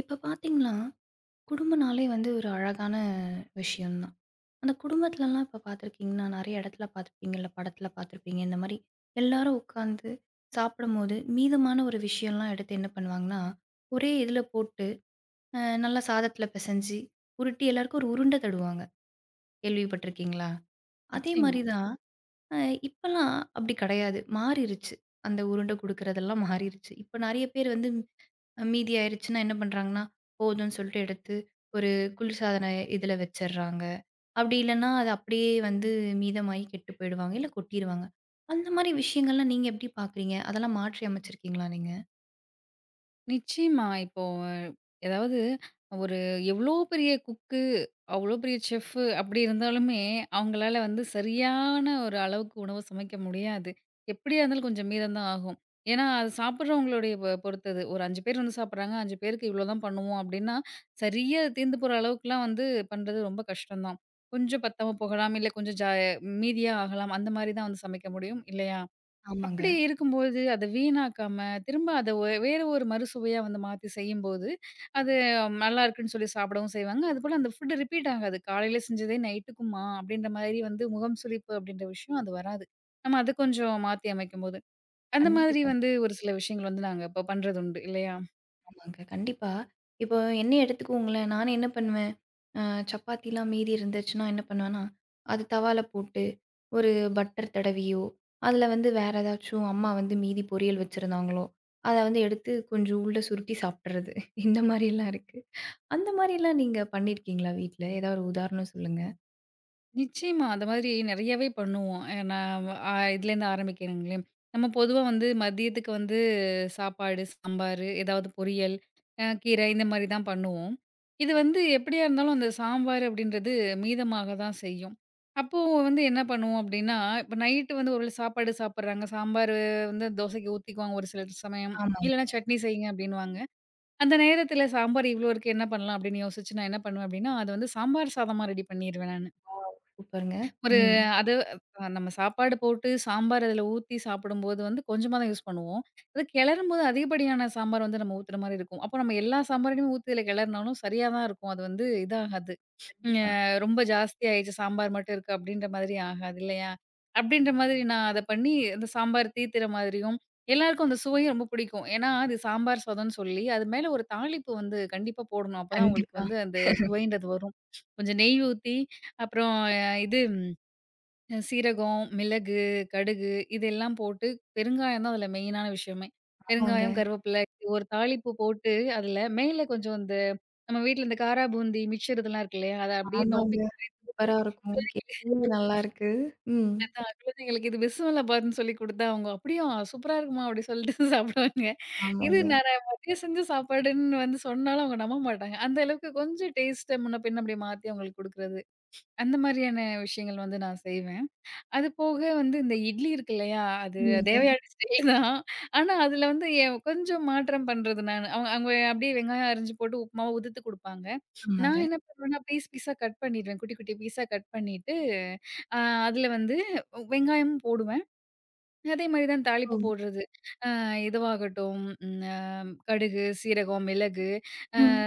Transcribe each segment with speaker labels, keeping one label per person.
Speaker 1: இப்ப பார்த்தீங்கன்னா, குடும்பம்னாலே வந்து ஒரு அழகான விஷயம் தான். அந்த குடும்பத்துலலாம் இப்ப பார்த்துருக்கீங்கன்னா, நெறைய இடத்துல பார்த்துருப்பீங்க, இல்ல படத்துல பார்த்துருப்பீங்க. இந்த மாரி எல்லாரும் உட்காந்து சாப்பிடும்போது, மீதமான ஒரு விஷயம்லாம் எடுத்து என்ன பண்ணுவாங்கன்னா, ஒரே இதுல போட்டு நல்லா சாதத்துல பெசஞ்சு, உருட்டி எல்லாருக்கும் ஒரு உருண்ட தருவாங்க. கேள்விப்பட்டுருக்கீங்களா? அதே
Speaker 2: நிச்சயமா,
Speaker 1: மாரி தான். அ இப்பலாம் அப்படி கெடையாது. மாறிருச்சு. அந்த உருண்ட குடுக்குறதெல்லாம் மாறிருச்சு. இப்ப நெறைய பேர் வந்து மீதி ஆயிருச்சுன்னா என்ன பண்றாங்கன்னா, போதும்ன்னு சொல்லிட்டு எடுத்து ஒரு குளிர்சாதன இதுல வச்சர்றாங்க. அப்படி இல்லன்னா, அது அப்படியே வந்து மீதமாயி கெட்டு போயிடுவாங்க. இல்ல கொட்டிருவாங்க. அந்த மாரி விஷயங்கள்லாம் நீங்க எப்படி பார்க்குறீங்க? அதெல்லாம் மாற்றி அமைச்சிருக்கீங்களா நீங்க?
Speaker 2: நிச்சயமா. இப்போ ஏதாவது ஒரு எவ்ளோ பெரிய குக்கு, அவ்ளோ பெரிய செஃப் அப்படி இருந்தாலுமே, அவங்களால வந்து சரியான ஒரு அளவுக்கு உணவு சமைக்க முடியாது. எப்படியா இருந்தாலும் கொஞ்சம் மீதம் தான் ஆகும். ஏன்னா, அது சாப்பிடுறவங்களுடைய பொறுத்தது. ஒரு 5 பேர் வந்து சாப்பிடுறாங்க, 5 பேருக்கு இவ்ளோ தான் பண்ணுவோம் அப்படின்னா, சரியா அது தீர்ந்து போற அளவுக்குலாம் வந்து பண்றது ரொம்ப கஷ்டம் தான். கொஞ்சம் பத்தாம போகலாம், இல்ல கொஞ்சம் மீதியா ஆகலாம். அந்த மாரி தான் வந்து சமைக்க முடியும் இல்லையா?
Speaker 1: ஆமாங்க.
Speaker 2: அப்படி இருக்கும்போது, அத வீணாக்காம, திரும்ப அத வேற ஒரு மறுசுவையா வந்து மாத்தி செய்யும்போது, அது நல்லாயிருக்குன்னு சொல்லி சாப்பிடவும் செய்வாங்க. அதுபோல அந்த ஃபுட் ரிப்பீட் ஆகாது. காலையில செஞ்சதே நைட்டுக்குமா? அப்படின்ற மாரி வந்து முகம் சுளிப்பு அப்படின்ற விஷயம் அது வராது. நம்ம அத கொஞ்சம் மாத்தி அமைக்கும்போது, அந்த மாதிரி
Speaker 1: கண்டிப்பா.
Speaker 2: வந்து ஒரு சில விஷயங்கள் வந்து நாங்க இப்ப பண்றதுண்டு இல்லையா?
Speaker 1: ஆமாங்க. கண்டிப்பா. இப்போ என்னைய எடுத்துக்கோங்களேன். நானு என்ன பண்ணுவேன், அ சப்பாத்திலாம் மீதி இருந்துச்சுன்னா என்ன பண்ணுவேன்னா, அது தவால போட்டு ஒரு பட்டர் தடவியோ, அதில வந்து வேற ஏதாச்சும் அம்மா வந்து மீதி பொரியல் வச்சிருந்தாங்களோ, அத வந்து எடுத்து கொஞ்சம் உள்ள சுருட்டி சாப்பிட்டுறது. இந்த மாரிலாம் இருக்கு. அந்த மாரிலாம் நீங்க பண்ணியிருக்கீங்களா வீட்ல? ஏதாவது ஒரு உதாரணம் சொல்லுங்க.
Speaker 2: நிச்சயமா. அந்த மாதிரி நெறையாவே பண்ணுவோம். நான் இதுலேருந்து ஆரம்பிக்கிறேங்களேன். நம்ம பொதுவா வந்து மதியத்துக்கு வந்து சாப்பாடு, சாம்பாரு, ஏதாவது பொரியல், கீரை இந்த மாரி தான் பண்ணுவோம். இது வந்து எப்படியா இருந்தாலும் அந்த சாம்பார் அப்படின்றது மீதமாக தான் செய்யும். அப்போ வந்து என்ன பண்ணுவோம் அப்படின்னா, இப்ப நைட்டு வந்து ஒரு வேள சாப்பாடு சாப்பிடுறாங்க, சாம்பார் வந்து தோசைக்கு ஊத்திக்குவாங்க ஒரு சில சமயம்.
Speaker 1: ஆமாங்க.
Speaker 2: இல்லைன்னா சட்னி செய்யுங்க அப்படின்னுவாங்க. அந்த நேரத்தில சாம்பார் இவ்வளோ இருக்கு என்ன பண்ணலாம் அப்படின்னு யோசிச்சு நான் என்ன பண்ணுவேன் அப்படின்னா, அது வந்து சாம்பார் சாதமா ரெடி பண்ணிருவேன் நானு.
Speaker 1: வாவ்! சூப்பருங்க.
Speaker 2: ஒரு
Speaker 1: ம்.
Speaker 2: அது அ நம்ம சாப்பாடு போட்டு சாம்பார் அதில ஊத்தி சாப்பிடும்போது வந்து கொஞ்சமா தான் யூஸ் பண்ணுவோம். அது கிளறும்போது அதிகப்படியான சாம்பார் வந்து நம்ம ஊத்துற மாரி இருக்கும். அப்போ நம்ம எல்லா சாம்பாரையும் ஊத்தி இதில கிளறுனாலும் சரியா தான் இருக்கும். அது வந்து இதாகாது. அ
Speaker 1: கண்டிப்பா.
Speaker 2: ரொம்ப ஜாஸ்தி ஆயிடுச்சு சாம்பார் மட்டும் இருக்கு அப்படின்ற மாதிரி ஆகாது இல்லையா? அப்படின்ற மாதிரி நான் அத பண்ணி அந்த சாம்பார் தீத்துற மாதிரியும், எல்லாருக்கும் அந்த சுவையும் ரொம்ப பிடிக்கும். ஏன்னா அது சாம்பார் சாதம்னு சொல்லி, அது மேல ஒரு தாளிப்பு வந்து கண்டிப்பா போடணும். அப்பதான் உங்களுக்கு
Speaker 1: கண்டிப்பா.
Speaker 2: வந்து அந்த சுவைன்றது வரும். கொஞ்சம் நெய் ஊத்தி, அப்புறம் இது சீரகம், மிளகு, கடுகு இதெல்லாம் போட்டு பெருங்காயம் தான் அதுல மெயினான விஷயமே.
Speaker 1: ஆமாங்க.
Speaker 2: பெருங்காயம், கருவேப்பிலை ஒரு தாளிப்பு போட்டு அதுல மேல கொஞ்சம் இந்த நம்ம வீட்ல இந்த காரா பூந்தி, மிக்சர் இதெல்லாம் இருக்கு இல்லையா? அத அப்படியே
Speaker 1: ஆமாங்க.
Speaker 2: டாப்பிங் தூவி
Speaker 1: சூப்பரா இருக்கும். கேட்கவே நல்லா இருக்கு. ம்.
Speaker 2: அதான் குழந்தைங்களுக்கு இது பிஸ்மில்லா பாத்ன்னு சொல்லிக் குடுத்தா அவங்க "அப்படியா சூப்பரா இருக்குமா?" அப்படி சொல்லிட்டு சாப்பிடுவாங்க. இது
Speaker 1: ஆமாங்க.
Speaker 2: நான் மதியம் செஞ்ச சாப்பாடுன்னு வந்து சொன்னாலும் அவங்க நம்ப மாட்டாங்க. அந்த அளவுக்கு கொஞ்சம் டேஸ்ட்ட முன்ன பின்ன அப்படி மாத்தி அவங்களுக்கு குடுக்குறது. அந்த மாதிரியான விஷயங்கள் வந்து நான் செய்வேன். அது போக வந்து இந்த இட்லி இருக்கு இல்லையா? அது
Speaker 1: ஆமாங்க.
Speaker 2: தேவயானடி ஸ்டைல் தான். ஆனா, அதில வந்து கொஞ்சம் மாற்றம் பண்றது நானு. அவங்க அவங்க அப்படியே வெங்காயம் அரிஞ்சு போட்டு உப்புமாவ உதிர்த்து குடுப்பாங்க. நான்
Speaker 1: ஆமாங்க.
Speaker 2: என்ன பண்ணுவேன்னா, பீஸ் பீஸா கட் பண்ணிடுவேன். குட்டி குட்டி பீஸா கட் பண்ணிட்டு, அ அதில வந்து வெங்காயமும் போடுவேன். அதே மாரி தான் தாளிப்பு
Speaker 1: ஓ!
Speaker 2: போடுறது. அ இதுவாகட்டும், ம் அ கடுகு, சீரகம், மிளகு, அ
Speaker 1: ம்.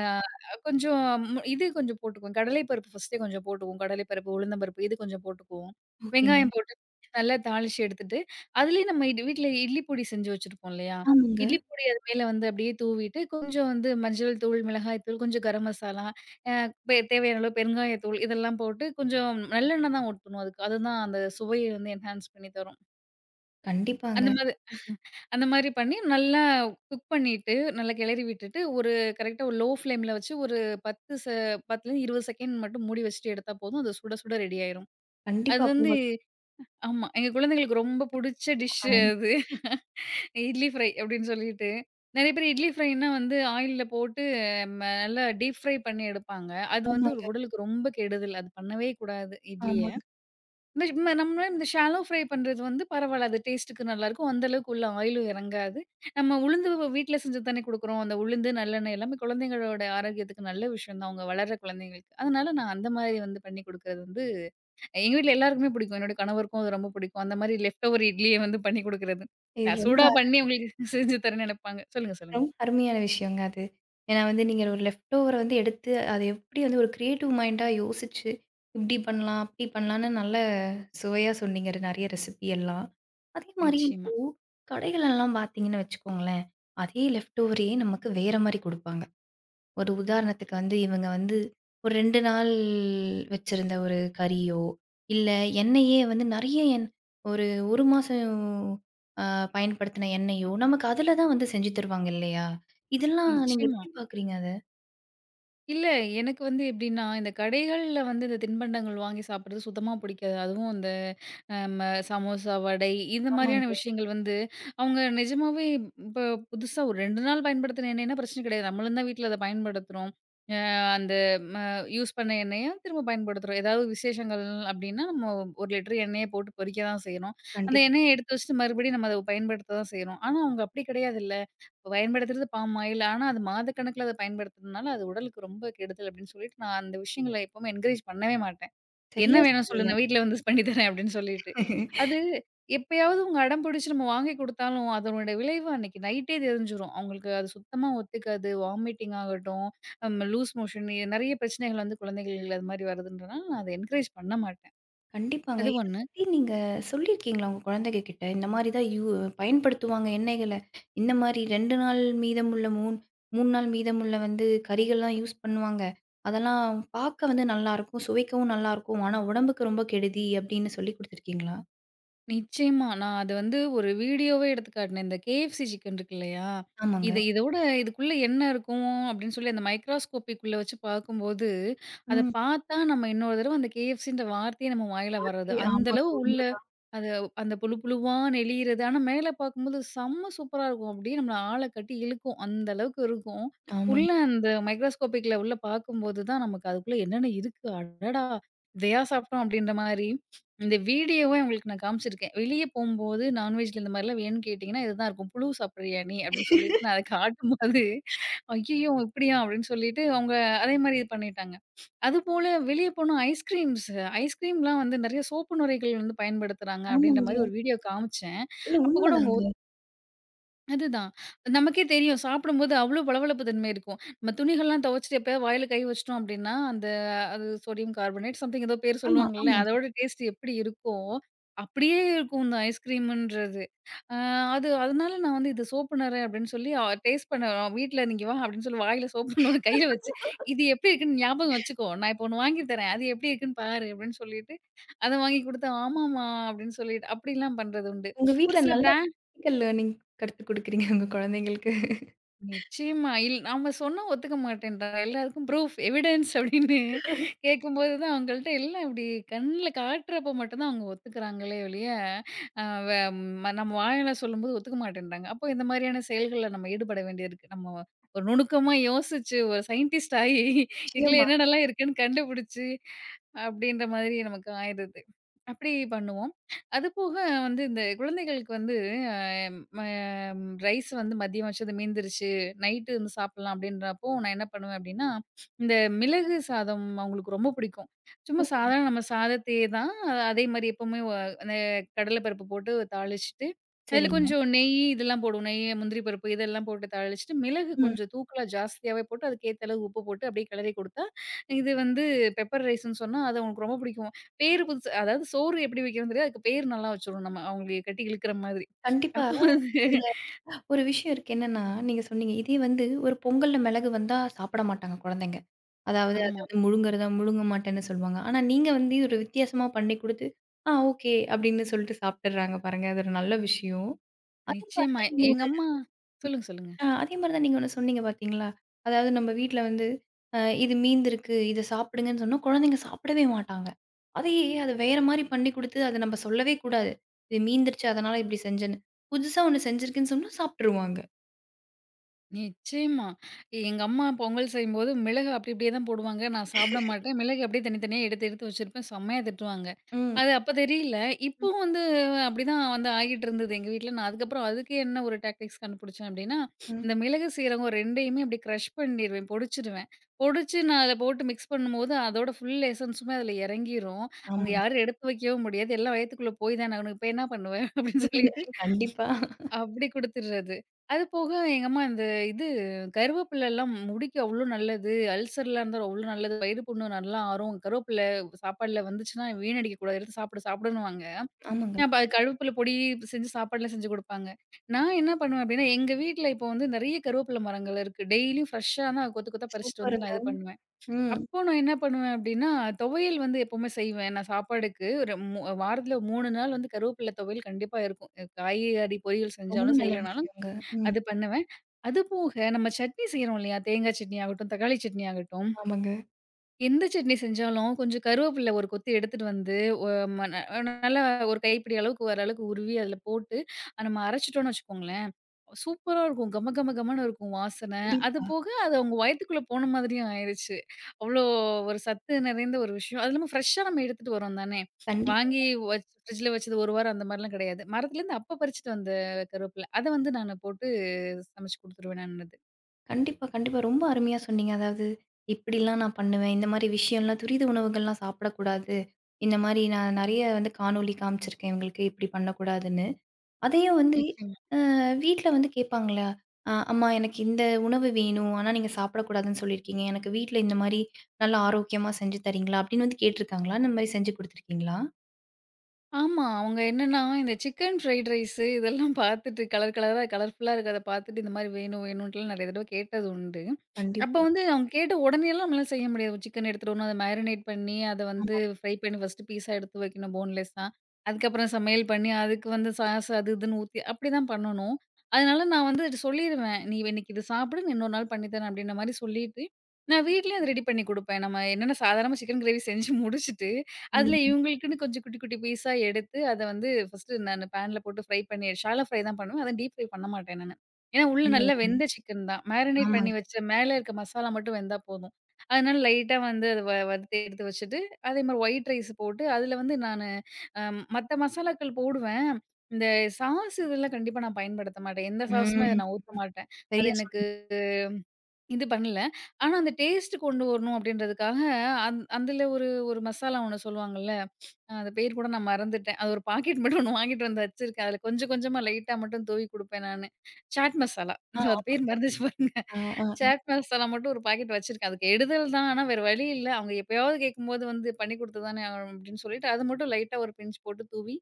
Speaker 2: கொஞ்சம் இது கொஞ்சம் போட்டுக்குவோம். கடலை பருப்பு ஃபர்ஸ்ட்டே கொஞ்சம் போட்டுக்குவோம். கடலை பருப்பு, உளுந்தம் பருப்பு இது கொஞ்சம் போட்டுக்குவோம்.
Speaker 1: ஓகேங்க.
Speaker 2: வெங்காயம் போட்டு நல்லா தாளிச்சு எடுத்துட்டு, அதுலயே நம்ம வீட்ல இட்லி பொடி செஞ்சு வச்சிருப்போம் இல்லையா?
Speaker 1: ஆமாங்க.
Speaker 2: இட்லி பொடி அது மேல வந்து அப்படியே தூவிட்டு, கொஞ்சம் வந்து மஞ்சள் தூள், மிளகாய் தூள், கொஞ்சம் கரம் மசாலா, அ பெ தேவையான அளவு பெருங்காயத்தூள் இதெல்லாம் போட்டு கொஞ்சம் நல்லெண்ணெய் தான் ஊத்தணும் அதுக்கு. அதுதான் அந்த சுவையை வந்து என்ஹான்ஸ் பண்ணி தரும்.
Speaker 1: கண்டிப்பாங்க.
Speaker 2: அந்த மாதிரி அந்த மாரி பண்ணி நல்லா குக் பண்ணிட்டு, நல்லா கிளறி விட்டுட்டு, ஒரு கரெக்ட்டா ஒரு லோ ஃப்ளேம்ல வச்சு ஒரு 10 செ 10லேருந்து 20 செகண்ட் மட்டும் மூடி வச்சுட்டு எடுத்தா போதும். அது சுட சுட ரெடி ஆயிரும். அது
Speaker 1: கண்டிப்பா
Speaker 2: வந்து
Speaker 1: பூங்கா.
Speaker 2: ஆமா. எங்க குழந்தைங்களுக்கு ரொம்ப புடிச்ச டிஷ்
Speaker 1: ஆ
Speaker 2: அது. இட்லி ஃப்ரை அப்படின்னு சொல்லிட்டு. நெறைய பேர் இட்லி ஃப்ரைன்னா வந்து ஆயில்ல போட்டு நல்லா டீப் ஃப்ரை பண்ணி எடுப்பாங்க. அது வந்து ஒரு
Speaker 1: ஆமாங்க,
Speaker 2: உடலுக்கு ரொம்ப கெடுதல். அது பண்ணவே கூடாது இட்லிய.
Speaker 1: ஆமாங்க.
Speaker 2: இந்த ஷ் ம நம்ம இந்த ஷாலோ ஃப்ரை பண்றது வந்து பரவால்ல. அது டேஸ்ட்டுக்கு நல்லாயிருக்கும். அந்த அளவுக்கு உள்ள ஆயிலும் இறங்காது. நம்ம உளுந்து வீட்ல செஞ்சது தானே குடுக்குறோம். அந்த உளுந்து, நல்லெண்ணெய் எல்லாமே குழந்தைங்களோட ஆரோக்கியத்துக்கு நல்ல விஷயம் தான். அவங்க வளர்ற குழந்தைங்களுக்கு. அதனால நான் அந்த மாரி வந்து பண்ணி குடுக்குறது வந்து எங்க வீட்ல எல்லாருக்குமே பிடிக்கும். என்னோட கணவருக்கும் அது ரொம்ப பிடிக்கும். அந்த மாரி லெஃப்ட் ஓவர் இட்லிய வந்து பண்ணி குடுக்குறது.
Speaker 1: இது
Speaker 2: நான்
Speaker 1: ரொம்ப.
Speaker 2: சூடா பண்ணி உங்களுக்கு செஞ்சு தரேன்னு நெனைப்பாங்க. சொல்லுங்க, சொல்லுங்க.
Speaker 1: ரொம்ப அருமையான விஷயங்க அது. ஏன்னா வந்து நீங்க ஒரு லெஃப்ட் ஓவர வந்து எடுத்து அத எப்படி வந்து ஒரு கிரியேட்டிவ் மைண்டா யோசிச்சு, இப்படி பண்ணலாம், அப்படி பண்ணலான்னு நல்ல சுவையா சொன்னீங்க. நெறைய ரெசிபி எல்லாம். அதே மாரி
Speaker 2: நிச்சயமா,
Speaker 1: இப்போ கடைகளெல்லாம் பார்த்தீங்கன்னு வச்சுக்கோங்களேன், அதே லெஃப்ட் ஓவரையே நமக்கு வேற மாரி குடுப்பாங்க. ஒரு உதாரணத்துக்கு வந்து இவங்க வந்து ஒரு 2 நாள் வச்சிருந்த ஒரு கறியோ, இல்ல எண்ணெயே வந்து நெறைய ஒரு 1 மாசம் அ பயன்படுத்தின எண்ணெயோ, நமக்கு அதுல தான் வந்து செஞ்சு தருவாங்க இல்லையா? இதெல்லாம் நீங்க
Speaker 2: நிச்சயமா.
Speaker 1: எப்படி பார்க்குறீங்க அத?
Speaker 2: இல்ல. எனக்கு வந்து எப்படின்னா, இந்த கடைகள்ல வந்து இந்த தின்பண்டங்கள் வாங்கி சாப்பிடுறது சுத்தமா பிடிக்காது. அதுவும் இந்த அம் சமோசா, வடை இந்த மாரியான
Speaker 1: ஆமாங்க.
Speaker 2: விஷயங்கள் வந்து அவங்க நிஜமாவே இப்ப புதுசா ஒரு 2 நாள் பயன்படுத்தின எண்ணெய்னா பிரச்சனை கிடையாது. நம்மளும் தான் வீட்ல அத பயன்படுத்துறோம். அ அந்த ம யூஸ் பண்ண எண்ணெய திரும்ப பயன்படுத்துறோம். ஏதாவது விசேஷங்கள் அப்படின்னா, நம்ம 1 லிட்டர் எண்ணெய போட்டு பொறிக்க தான் செய்றோம். அந்த
Speaker 1: கண்டிப்பா.
Speaker 2: எண்ணெய எடுத்து வச்சுட்டு மறுபடியும் நம்ம அத பயன்படுத்த தான் செய்றோம். ஆனா அவங்க அப்படி கிடையாதுல்ல. பயன்படுத்துறது பாம் ஆயில். ஆனா, அது மாதக்கணக்குல அத பயன்படுத்துறதுனால, அது உடலுக்கு ரொம்ப கெடுதல் அப்டின்னு சொல்லிட்டு, நான் அந்த விஷயங்கள எப்பவுமே என்கரேஜ் பண்ணவே மாட்டேன். "என்ன
Speaker 1: சரியா
Speaker 2: வேணும் சொல்லு?
Speaker 1: சொன்னீங்க.
Speaker 2: நான் வீட்ல வந்து பண்ணி தரேன்" அப்டின்னு சொல்லிட்டு. அது எப்பயாவது அவங்க அடம் பிடிச்சு நம்ம வாங்கி குடுத்தாலும், அதனுடைய விளைவு அன்னைக்கு நைட்டே தெரிஞ்சிரும். அவங்களுக்கு அது சுத்தமா ஒத்துக்காது. வாமிட்டிங் ஆகட்டும், லூஸ் மோஷன், நெறைய பிரச்சனைகள் வந்து குழந்தைகள் அது மாரி வருதுன்றனால, நான் அத என்கரேஜ் பண்ண மாட்டேன்.
Speaker 1: கண்டிப்பாங்க.
Speaker 2: அது
Speaker 1: இத
Speaker 2: ஒண்ணு.
Speaker 1: பத்தி நீங்க சொல்லியிருக்கீங்களா உங்க குழந்தைங்க கிட்ட? இந்த மாரி தான் பயன்படுத்துவாங்க எண்ணெய்கள. இந்த மாரி 2 நாள் மீதமுள்ள 3 நாள் மீதமுள்ள வந்து கறிகள்லாம் யூஸ் பண்ணுவாங்க. அதெல்லாம் பார்க்க வந்து நல்லாருக்கும். சுவைக்கவும் நல்லாருக்கும். ஆனா உடம்புக்கு ரொம்ப கெடுதி அப்படின்னு சொல்லி குடுத்துருக்கீங்களா?
Speaker 2: நிச்சயமா. நான் அது வந்து ஒரு வீடியோவே எடுத்து காட்டினேன். இந்த KFC சிக்கன் இருக்கு இல்லையா? இது
Speaker 1: ஆமாங்க.
Speaker 2: இதோட இதுக்குள்ள என்ன இருக்கும் அப்படின்னு சொல்லி அந்த மைக்ரோஸ்கோப்பிக்குள்ள வச்சு பார்க்கும்போது, அத
Speaker 1: ம்.
Speaker 2: பார்த்தா நம்ம இன்னொரு தடவ அந்த KFCன்ற வார்த்தையே நம்ம வாயில வராது. அந்த
Speaker 1: ஆமாங்க.
Speaker 2: அளவு உள்ள
Speaker 1: உண்மதான்.
Speaker 2: அது அந்த புழு புழுவா நெளியிறது. ஆனா மேல பார்க்கும்போது செம்ம சூப்பரா இருக்கும். அப்படியே நம்மள ஆள கட்டி இழுக்கும். அந்த அளவுக்கு இருக்கும். உள்ள
Speaker 1: ஆமாங்க.
Speaker 2: அந்த மைக்ரோஸ்கோப்பிக்ல உள்ள பார்க்கும்போது தான் நமக்கு அதுக்குள்ள என்னென்ன இருக்கு? அடடா! இதையா சாப்பிட்டோம் அப்படின்ற மாரி. இந்த வீடியோவ உங்களுக்கு நான் காமிச்சிருக்கேன். வெளிய போம்போது நான்வெஜ்ல இந்த மாரிலாம் வேணும்னு கேட்டீங்கன்னா, இதுதான் இருக்கும். "புழு சாப்பிடுறியா நீ?" அப்படின்னு சொல்லிட்டு நான் அத காட்டும்போது, "ஐயய்யோ! இப்படியா?" அப்படின்னு சொல்லிட்டு அவங்க அதே மாரி இது பண்ணிட்டாங்க. அதுபோல வெளிய போனா ஐஸ்கிரீம்லாம் வந்து நெறைய சோப்பு நுரைகள் வந்து பயன்படுத்துறாங்க அப்படின்ற மாரி
Speaker 1: ஆமாங்க.
Speaker 2: ஒரு வீடியோ காமிச்சேன்.
Speaker 1: இல்ல
Speaker 2: அப்ப கூட அவங்க
Speaker 1: உண்மதாங்க.
Speaker 2: அதுதான். நமக்கே தெரியும். சாப்பிடும்போது அவ்ளோ பளபளப்பு தன்மை இருக்கும். நம்ம துணிகள்லாம் துவைச்சுட்டு எப்பயாவது வாயில கை வச்சுட்டோம் அப்படின்னா, அந்த அது சோடியம் கார்பனேட் சம்திங் ஏதோ பேர்
Speaker 1: ஆமா,
Speaker 2: சொல்லுவாங்கல்ல.
Speaker 1: ஆமாங்க.
Speaker 2: அதோட டேஸ்ட் எப்படி இருக்கோ, அப்படியே இருக்கும் இந்த ஐஸ்கிரீம்ன்றது. அ அது அதனால நான் வந்து இது சோப்புநறை அப்படின்னு சொல்லி டேஸ்ட் பண்ண வீட்ல "நீங்க வா" அப்படின்னு சொல்லி வாயில சோப்புன்னு கையில வச்சு, "இது எப்படி இருக்குன்னு ஞாபகம் வச்சுக்கோ. நான் இப்போ ஒண்ணு வாங்கி தரேன். அது எப்படி இருக்குன்னு பாரு" அப்படின்னு சொல்லிட்டு, அத வாங்கி குடுத்து, "ஆமாமா" அப்படின்னு சொல்லிட்டு அப்படிலாம் பண்றது உண்டு.
Speaker 1: உங்க
Speaker 2: ஒரு
Speaker 1: வீட்ல
Speaker 2: சில
Speaker 1: நல்ல
Speaker 2: பிராண்ட்
Speaker 1: பிசிக்கல் லேர்னிங் கத்துக் குடுக்குறீங்க உங்க குழந்தைங்களுக்கு.
Speaker 2: நிச்சயமா. நாம சொன்னா ஒத்துக்க மாட்டேன்றாங்க. எல்லாருக்கும் ப்ரூஃப், எவிடன்ஸ் அப்படின்னு கேட்கும்போது தான் அவங்கள்ட்ட எல்லாம் இப்படி கண்ல காட்டுறப்ப மட்டும் தான் அவங்க ஒத்துக்கிறாங்களே ஒழிய, அ வ ம நம்ம வாயால சொல்லும்போது ஒத்துக்க மாட்டேன்றாங்க. அப்போ இந்த மாதிரியான செயல்கள்ல நம்ம ஈடுபட வேண்டியிருக்கு. நம்ம ஒரு நுணுக்கமா யோசிச்சு, ஒரு சயின்டிஸ்ட் ஆயி இதுல
Speaker 1: நிச்சயமா.
Speaker 2: என்னென்னலாம் இருக்குன்னு கண்டுபிடிச்சு, அப்படின்ற மாதிரி நமக்கு ஆயிருது. அப்படி பண்ணுவோம். அதுபோக வந்து இந்த குழந்தைகளுக்கு வந்து அ ம ரைஸ் வந்து மதியம் வச்சது மீந்துருச்சு நைட்டு வந்து சாப்பிடலாம் அப்படின்றப்போ, நான் என்ன பண்ணுவேன் அப்படின்னா, இந்த மிளகு சாதம் அவங்களுக்கு ரொம்ப பிடிக்கும். சும்மா
Speaker 1: ம்.
Speaker 2: சாதாரண நம்ம சாதத்தையே தான் அ- அதே மாரி எப்பவுமே வ அந்த கடல பருப்பு போட்டு தாளிச்சுட்டு, அதில
Speaker 1: சரிங்க.
Speaker 2: கொஞ்சம் நெய் இதெல்லாம் போடுவோம். நெய், முந்திரி பருப்பு இதெல்லாம் போட்டு தாளிச்சுட்டு, மிளகு
Speaker 1: ம்.
Speaker 2: கொஞ்சம் தூக்கலா ஜாஸ்தியாவே போட்டு அதுக்கேத்த அளவு உப்பு போட்டு அப்படியே கிளறி குடுத்தா, இது வந்து பெப்பர் ரைஸ்ன்னு சொன்னா அது அவங்களுக்கு ரொம்ப பிடிக்கும். பேரு புதுசு அதாவது சோறு எப்படி வைக்கிறதுன்னு தெரியாது. அதுக்கு பேர் நல்லா வச்சுருவோம் நம்ம அவங்களுக்கு கட்டி இழுக்கிற மாதிரி.
Speaker 1: கண்டிப்பா.
Speaker 2: அப்போ வந்து
Speaker 1: இதுல ஒரு விஷயம் இருக்கு. என்னன்னா, நீங்க சொன்னீங்க. இதே வந்து ஒரு பொங்கல்ல மிளகு வந்தா சாப்பிட மாட்டாங்க குழந்தைங்க. அதாவது அது
Speaker 2: ஆமா.
Speaker 1: வந்து முழுங்குறதா, முழுங்க மாட்டேன்னு சொல்லுவாங்க. ஆனா, நீங்க வந்து ஒரு வித்தியாசமா பண்ணி குடுத்து, ஆ ஓகே அப்படின்னு சொல்லிட்டு சாப்பிட்டுடுறாங்க பாருங்க. அது ஒரு நல்ல விஷயம். அதே மாரி
Speaker 2: நிச்சயமா.
Speaker 1: தான் நீங்க ஒரு.
Speaker 2: எங்க அம்மா சொல்லுங்க, சொல்லுங்க.
Speaker 1: அதே மாரி தான் நீங்க ஒண்ணு சொன்னீங்க பார்த்தீங்களா? அதாவது நம்ம வீட்ல வந்து அ இது மீந்திருக்கு, இத சாப்பிடுங்கன்னு சொன்னா குழந்தைங்க சாப்பிடவே மாட்டாங்க. அதையே அது வேற மாரி பண்ணி குடுத்து அத நம்ம சொல்லவே கூடாது. இது மீந்துருச்சு அதனால இப்படி செஞ்சேன்னு. புதுசா ஒண்ணு செஞ்சிருக்குன்னு சொன்னா சாப்பிட்டுருவாங்க.
Speaker 2: நிச்சயமா. எங்க அம்மா பொங்கல் செய்யும்போது மிளகு அப்படி இப்படியே தான் போடுவாங்க. நான் சாப்பிட மாட்டேன். மிளகு அப்படியே தனித்தனியா எடுத்து எடுத்து வச்சிருப்பேன். செம்மையா திட்டுவாங்க.
Speaker 1: ம்.
Speaker 2: அது அப்ப தெரியல. இப்பவும் வந்து அப்படிதான் வந்து ஆகிட்டு இருந்தது எங்க வீட்ல. நான் அதுக்கப்புறம் அதுக்கு என்ன ஒரு டாக்டிக்ஸ் கண்டுபிடிச்சேன் அப்படின்னா,
Speaker 1: ம்.
Speaker 2: இந்த மிளகு, சீரகம் 2யுமே அப்படியே கிரஷ் பண்ணிருவேன். பொடிச்சிருவேன். பொடிச்சு நான் அத போட்டு மிக்ஸ் பண்ணும்போது அதோட ஃபுல் எசன்ஸுமே அதுல இறங்கிரும். அவங்க
Speaker 1: ஆமாங்க.
Speaker 2: யாரும் எடுத்து வைக்கவும் முடியாது. எல்லாம் வயித்துக்குள்ள போய் தான ஆகணும். இப்ப என்ன பண்ணுவேன் அப்படின்னு சொல்லிட்டு
Speaker 1: கண்டிப்பா.
Speaker 2: அப்படி குடுத்துர்றது. அது போக எங்க அம்மா இந்த இது கருவேப்பிலலாம் முடிக்கு அவ்ளோ நல்லது. அல்சர்லாம் இருந்தா அவ்ளோ நல்லது. வயிறு புண்ணு நல்லா ஆறும். கருவேப்பில சாப்பாட்ல வந்துச்சுன்னா வீணடிக்கக்கூடாது. எடுத்து சாப்பிடு சாப்பிடுன்னுவாங்க.
Speaker 1: ஆமாங்க.
Speaker 2: அப்ப அது கருவேப்பில பொடி செஞ்சு சாப்பாடுல செஞ்சு குடுப்பாங்க. நான் என்ன பண்ணுவேன் அப்படின்னா, எங்க வீட்ல இப்போ வந்து நெறைய கருவேப்பில மரங்கள் இருக்கு. டெய்லியும் ஃப்ரெஷ்ஷா தான் கொத்து கொத்தா பறிச்சுட்டு வந்து
Speaker 1: சூப்பருங்க.
Speaker 2: நான் இது பண்ணுவேன்.
Speaker 1: ம்.
Speaker 2: அப்போ நான் என்ன பண்ணுவேன் அப்படின்னா, துவையல் வந்து எப்பவுமே செய்வேன். நான் சாப்பாடுக்கு ஒரு வாரத்துல 3 நாள் வந்து கருவேப்பில துவையல் கண்டிப்பா இருக்கும். காய்கறி பொரியல்
Speaker 1: ரொம்ப
Speaker 2: செஞ்சாலும்
Speaker 1: நல்ல
Speaker 2: செய்யலனாலும்
Speaker 1: விஷயங்க. ம்.
Speaker 2: அது பண்ணுவேன். அது போக நம்ம சட்னி செய்றோம் இல்லையா? தேங்காய் சட்னி ஆகட்டும், தக்காளி சட்னி ஆகட்டும்,
Speaker 1: ஆமாங்க.
Speaker 2: எந்த சட்னி செஞ்சாலும் கொஞ்சம் கருவேப்பில ஒரு கொத்து எடுத்துட்டு வந்து, ஒ ம ந நல்லா ஒரு கைப்பிடி அளவுக்கு வர அளவுக்கு உருவி அதில போட்டு, நம்ம அரைச்சுட்டோம்னு வச்சுக்கோங்களேன், சூப்பரா இருக்கும். கம கம கமன்னு இருக்கும் வாசனை. அது
Speaker 1: கண்டிப்பா.
Speaker 2: போக அது அவங்க வயித்துக்குள்ள போன மாதிரியும் ஆயிருச்சு. அவ்வளோ ஒரு சத்து நிறைந்த ஒரு விஷயம். அது இல்லாம ஃப்ரெஷ்ஷா நம்ம எடுத்துட்டு வரோம் தானே!
Speaker 1: கண்டிப்பா.
Speaker 2: வாங்கி ஃப்ரிட்ஜ்ல வச்சது 1 வாரம் அந்த மாரிலாம் கிடையாது. மரத்துலேருந்து அப்ப பறிச்சுட்டு வந்த கருவேப்பில. அத வந்து நானு போட்டு சமைச்சு குடுத்துருவேன் நான் அது.
Speaker 1: கண்டிப்பா, கண்டிப்பா. ரொம்ப அருமையா சொன்னீங்க. அதாவது, இப்படிலாம் நான் பண்ணுவேன். இந்த மாரி விஷயம்லாம் துரித உணவுகள்லாம் சாப்பிடக்கூடாது. இந்த மாரி நான் நெறைய வந்து காணொளி காமிச்சிருக்கேன் இவங்களுக்கு. இப்படி பண்ணக்கூடாதுன்னு. அதையும் வந்து
Speaker 2: நிச்சயமா.
Speaker 1: அ வீட்ல வந்து கேட்பாங்களா? "அம்மா எனக்கு இந்த உணவு வேணும். ஆனா நீங்க சாப்பிடக்கூடாதுன்னு சொல்லியிருக்கீங்க. எனக்கு வீட்ல இந்த மாரி நல்லா ஆரோக்கியமா செஞ்சு தர்றீங்களா?" அப்படின்னு வந்து கேட்டுருக்காங்களா? இந்த மாரி செஞ்சு குடுத்துருக்கீங்களா?
Speaker 2: ஆமா. அவங்க என்னன்னா, இந்த சிக்கன் ஃப்ரைட் ரைஸு இதெல்லாம் பார்த்துட்டு கலர் கலரா கலர்ஃபுல்லா இருக்கிறத பார்த்துட்டு, இந்த மாரி வேணும் வேணுன்ட்டுலாம் நெறைய தடவ கேட்டது உண்டு. அப்ப
Speaker 1: கண்டிப்பா.
Speaker 2: வந்து அவங்க கேட்ட உடனேலாம் நம்மளால செய்ய முடியாது. ஒரு சிக்கன் எடுத்துட்டு வரணும். அத மேரினேட் பண்ணி, அத வந்து
Speaker 1: ஆமா.
Speaker 2: ஃப்ரை பண்ணி ஃபர்ஸ்ட்டு பீஸா எடுத்து வைக்கணும் போன்லெஸ்ஸா. அதுக்கப்புறம் சமையல் பண்ணி, அதுக்கு வந்து சாஸ் அது இதுன்னு ஊத்தி அப்படிதான் பண்ணணும். அதனால நான் வந்து சொல்லிருவேன். "நீ இன்னைக்கு இது சாப்பிடு. நான் இன்னொரு நாள் பண்ணி தரேன்" அப்படின்ற மாரி சொல்லிட்டு, நான் வீட்லயே அத ரெடி பண்ணி குடுப்பேன். நம்ம என்னென்ன சாதாரணமா சிக்கன் கிரேவி செஞ்சு முடிச்சுட்டு, அதுல
Speaker 1: ரொம்ப.
Speaker 2: இவங்களுக்குன்னு கொஞ்சம் குட்டி குட்டி பீஸா எடுத்து, அத வந்து ஃபர்ஸ்ட்டு நானு பேன்ல போட்டு ஃப்ரை பண்ணி, ஷாலோ ஃப்ரை தான் பண்ணுவேன். அத டீப் ஃப்ரை பண்ண மாட்டேன் நானு. ஏன்னா, உள்ள
Speaker 1: ரொம்ப
Speaker 2: நல்லா
Speaker 1: அருமை.
Speaker 2: வெந்த சிக்கன் தான். மேரினேட் பண்ணி
Speaker 1: ஆமாங்க.
Speaker 2: வச்ச மேல இருக்க மசாலா மட்டும் வெந்தா போதும். அதனால லைட்டா வந்து அத வறுத்து எடுத்து வச்சுட்டு, அதே மாரி ஒயிட் ரைஸ் போட்டு, அதில வந்து நானு அ மத்த மசாலாக்கள் போடுவேன். இந்த சாஸ் இதெல்லாம் கண்டிப்பா நான் பயன்படுத்த மாட்டேன். எந்த சாஸுமே அத
Speaker 1: ம்.
Speaker 2: நான் ஊத்த மாட்டேன். அது
Speaker 1: சரியா
Speaker 2: எனக்கு
Speaker 1: சொன்னீங்க.
Speaker 2: இது பண்ணல. ஆனா அந்த டேஸ்ட் கொண்டு வரணும் அப்படின்றதுக்காக, அதில ஒரு ஒரு மசாலா ஒண்ணு சொல்லுவாங்கல்ல. அது பேர் கூட நான் மறந்துட்டேன். அது ஒரு பாக்கெட் மட்டும் ஒண்ணு வாங்கிட்டு வந்து வச்சிருக்கேன். அதில கொஞ்சம் கொஞ்சமா லைட்டா மட்டும் தூவி குடுப்பேன் நானு. சாட் மசாலா.
Speaker 1: ஆ
Speaker 2: இந்த அது
Speaker 1: ஆமா.
Speaker 2: பேர் மறந்துச்சு பாருங்க.
Speaker 1: ஆ, ஆ.
Speaker 2: சாட் மசாலா மட்டும் ஒரு பாக்கெட் வச்சிருக்கேன். அதுக்கு கெடுதல் தான். ஆனா வேற வழி இல்ல. அவங்க எப்பயாவது கேட்கும்போது வந்து பண்ணி குடுத்து தானே ஆகணும் அப்படின்னு சொல்லிட்டு, அது மட்டும் லைட்டா ஒரு பிஞ்ச் போட்டு தூவி,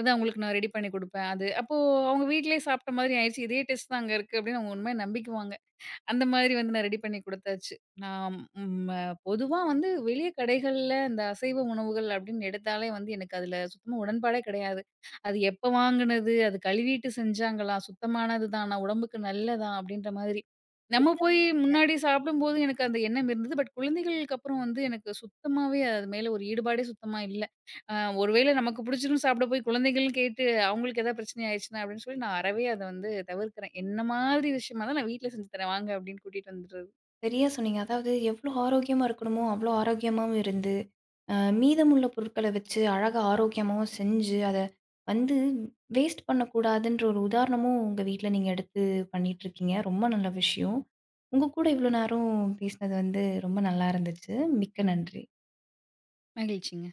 Speaker 2: அது அவங்களுக்கு நான் ரெடி பண்ணி குடுப்பேன். அது அப்போ அவங்க வீட்லயே சாப்பிட்ட மாதிரி ஆயிருச்சு. இதே டேஸ்ட் தான் அங்க இருக்கு அப்படின்னு அவங்க உண்மையா நம்பிக்குவாங்க. அந்த மாதிரி வந்து நான் ரெடி பண்ணி குடுத்தாச்சு. நான் ம் அ பொதுவா வந்து வெளிய கடைகள்ல இந்த அசைவ உணவுகள் அப்படின்னு எடுத்தாலே வந்து எனக்கு அதுல சுத்தமா உடன்பாடே கிடையாது. அது எப்ப வாங்குனது? அது கழுவிட்டு செஞ்சாங்களா? சுத்தமானது தானா? உடம்புக்கு நல்லதா? அப்படின்ற மாதிரி. நம்ம
Speaker 1: ஆ.
Speaker 2: போய் முன்னாடி சாப்பிடும்போது எனக்கு அந்த எண்ணம் இருந்தது. பட் குழந்தைகளுக்கு அப்புறம் வந்து எனக்கு சுத்தமாவே அது மேல ஒரு ஈடுபாடே சுத்தமா இல்ல. அ ஒருவேளை நமக்கு புடிச்சிரும் சாப்பிட போய் குழந்தைகள்னு கேட்டு அவங்களுக்கு ஏதாவது பிரச்சனை ஆயிருச்சுனா அப்படின்னு சொல்லி நான் அறவே அத வந்து தவிர்க்கிறேன். என்ன மாதிரி விஷயமா இருந்தா நான் வீட்ல செஞ்சு தரேன் வாங்க அப்படின்னு கூட்டிட்டு வந்துடுறது.
Speaker 1: சரியா சொன்னீங்க. அதாவது எவ்ளோ ஆரோக்கியமா இருக்கணுமோ, அவ்ளோ ஆரோக்கியமாவும் இருந்து, அ மீதமுள்ள பொருட்கள வச்சு அழகா ஆரோக்கியமாவும் செஞ்சு, அத வந்து வேஸ்ட் பண்ணக்கூடாதுன்ற ஒரு உதாரணமும் உங்க வீட்ல நீங்க எடுத்து பண்ணிட்டுருக்கீங்க. ரொம்ப நல்ல விஷயம். உங்க கூட இவ்ளோ நேரம் பேசினது வந்து ரொம்ப நல்லா இருந்துச்சு. மிக்க நன்றி.
Speaker 2: மகிழ்ச்சிங்க.